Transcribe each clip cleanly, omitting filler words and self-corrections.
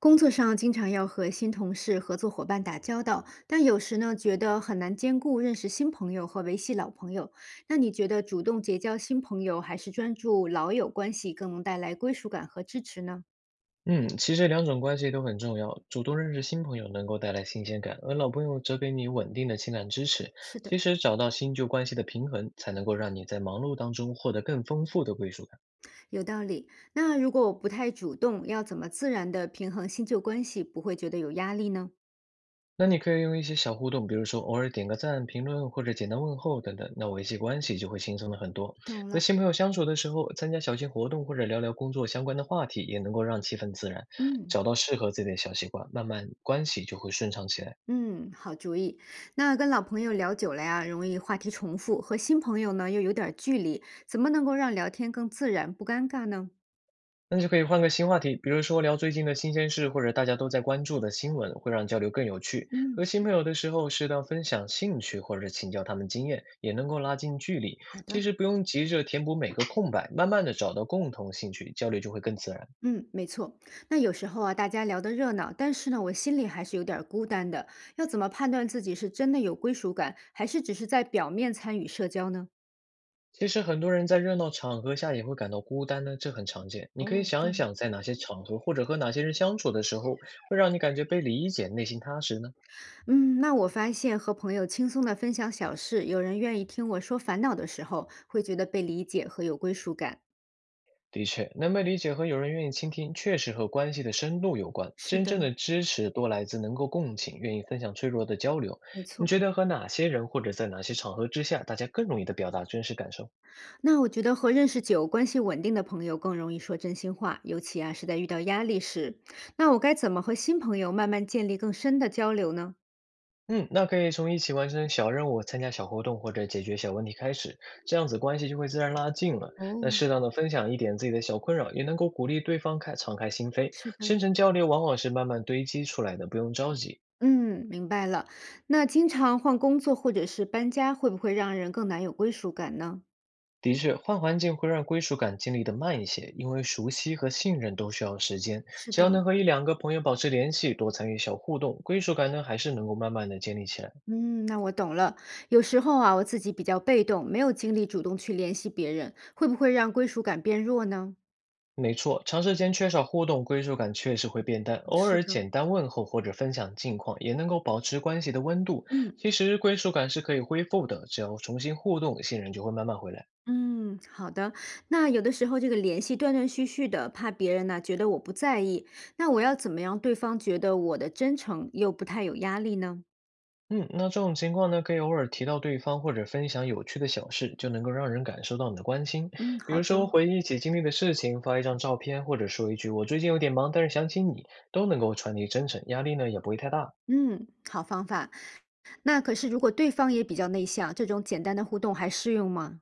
工作上经常要和新同事、合作伙伴打交道，但有时呢，觉得很难兼顾认识新朋友和维系老朋友。那你觉得主动结交新朋友，还是专注老友关系，更能带来归属感和支持呢？嗯，其实两种关系都很重要。主动认识新朋友能够带来新鲜感，而老朋友则给你稳定的情感支持。是的，其实找到新旧关系的平衡，才能够让你在忙碌当中获得更丰富的归属感。有道理。那如果我不太主动，要怎么自然的平衡新旧关系，不会觉得有压力呢？那你可以用一些小互动，比如说偶尔点个赞、评论或者简单问候等等，那维系关系就会轻松了很多。懂和了，新朋友相处的时候，参加小型活动或者聊聊工作相关的话题，也能够让气氛自然。嗯。找到适合自己的小习惯，慢慢关系就会顺畅起来。嗯，好主意。那跟老朋友聊久了呀，容易话题重复，和新朋友呢又有点儿距离，怎么能够让聊天更自然不尴尬呢？那就可以换个新话题，比如说聊最近的新鲜事，或者大家都在关注的新闻，会让交流更有趣。嗯，和新朋友的时候，适当分享兴趣，或者请教他们经验，也能够拉近距离。好其的，实不用急着填补每个空白，慢慢的找到共同兴趣，交流就会更自然。嗯，没错。那有时候啊，大家聊得热闹，但是呢，我心里还是有点儿孤单的。要怎么判断自己是真的有归属感，还是只是在表面参与社交呢？其实很多人在热闹场合下也会感到孤单呢，这很常见。你可以哦，这想一样，想，在哪些场合或者和哪些人相处的时候，会让你感觉被理解，内心踏实呢？嗯，那我发现和朋友轻松地分享小事，有人愿意听我说烦恼的时候，会觉得被理解和有归属感。的确，能被理解和有人愿意倾听，确实和关系的深度有关。是真正的，的支持多来自能够共情、愿意分享脆弱的交流。没你错。觉得和哪些人或者在哪些场合之下，大家更容易的表达真实感受？那我觉得和认识久、关系稳定的朋友更容易说真心话，尤其啊是在遇到压力时。那我该怎么和新朋友慢慢建立更深的交流呢？嗯，那可以从一起完成小任务、参加小活动或者解决小问题开始，这样子关系就会自然拉近了。那哦，适当的分享一点自己的小困扰，也能够鼓励对方开敞开心扉。是的，深层交流往往是慢慢堆积出来的，不用着急。嗯，明白了。那经常换工作或者是搬家，会不会让人更难有归属感呢？的确，换环境会让归属感建立的慢一些，因为熟悉和信任都需要时间。是只要的，能和一两个朋友保持联系，多参与小互动，归属感呢还是能够慢慢的建立起来。嗯，那我懂了。有时候啊，我自己比较被动，没有精力主动去联系别人，会不会让归属感变弱呢？没错，长时间缺少互动，归属感确实会变淡。偶是尔的，简单问候或者分享近况，也能够保持关系的温度。嗯。其实归属感是可以恢复的，只要重新互动，信任就会慢慢回来。嗯，好的。那有的时候这个联系断断续续的，怕别人呢、觉得我不在意，那我要怎么样对方觉得我的真诚又不太有压力呢？嗯，那这种情况呢，可以偶尔提到对方，或者分享有趣的小事，就能够让人感受到你的关心。嗯，比好如的。说，回忆起经历的事情，发一张照片，或者说一句“我最近有点忙，但是想起你”，都能够传递真诚，压力呢也不会太大。嗯，好方法。那可是如果对方也比较内向，这种简单的互动还适用吗？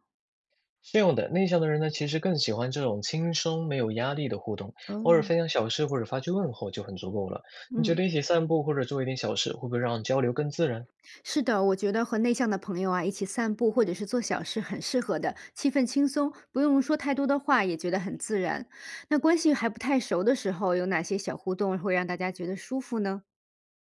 是有的，内向的人呢，其实更喜欢这种轻松、没有压力的互动，偶尔哦，分享小事或者发句问候就很足够了。你觉嗯。得一起散步或者做一点小事，会不会让交流更自然？是的，我觉得和内向的朋友啊一起散步或者是做小事很适合的，气氛轻松，不用说太多的话，也觉得很自然。那关系还不太熟的时候，有哪些小互动会让大家觉得舒服呢？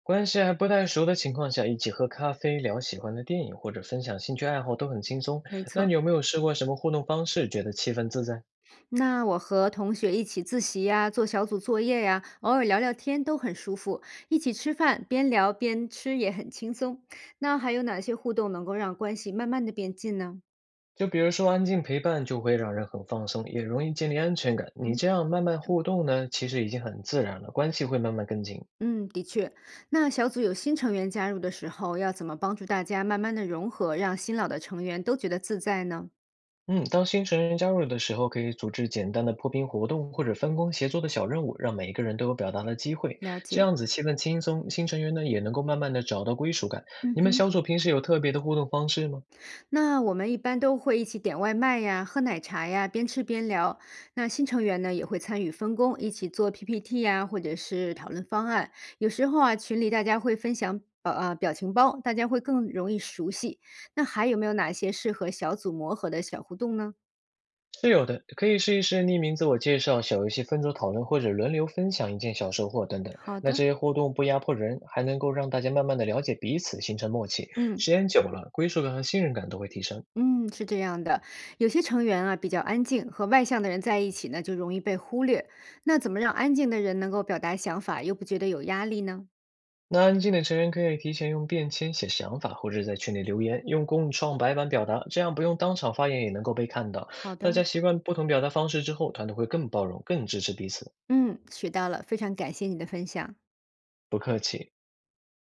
关系还不太熟的情况下，一起喝咖啡、聊喜欢的电影或者分享兴趣爱好都很轻松。没那你错，有没有试过什么互动方式，觉得气氛自在？那我和同学一起自习呀、做小组作业呀、偶尔聊聊天都很舒服。一起吃饭，边聊边吃也很轻松。那还有哪些互动能够让关系慢慢的变近呢？就比如说安静陪伴，就会让人很放松，也容易建立安全感。你这样慢慢互动呢，其实已经很自然了，关系会慢慢更近。嗯，的确。那小组有新成员加入的时候，要怎么帮助大家慢慢的融合，让新老的成员都觉得自在呢？嗯，当新成员加入的时候，可以组织简单的破冰活动或者分工协作的小任务，让每一个人都有表达的机会。了这解。样子气氛轻松，新成员呢也能够慢慢的找到归属感。嗯你们哼，小组平时有特别的互动方式吗？那我们一般都会一起点外卖呀，喝奶茶呀，边吃边聊。那新成员呢也会参与分工，一起做 PPT 呀，或者是讨论方案。有时候啊，群里大家会分享表情包，大家会更容易熟悉。那还有没有哪些适合小组磨合的小互动呢？是有的，可以试一试匿名自我介绍、小游戏分组讨论，或者轮流分享一件小收获等等。好那的，这些互动不压迫人，还能够让大家慢慢的了解彼此，形成默契。嗯。时间久了，归属感和信任感都会提升。嗯，是这样的，有些成员啊比较安静，和外向的人在一起呢就容易被忽略。那怎么让安静的人能够表达想法，又不觉得有压力呢？那安静的成员可以提前用便签写想法，或者在群里留言，用共创白板表达，这样不用当场发言也能够被看到。好大的，家习惯不同表达方式之后，团队会更包容、更支持彼此。嗯，学到了，非常感谢你的分享。不客气。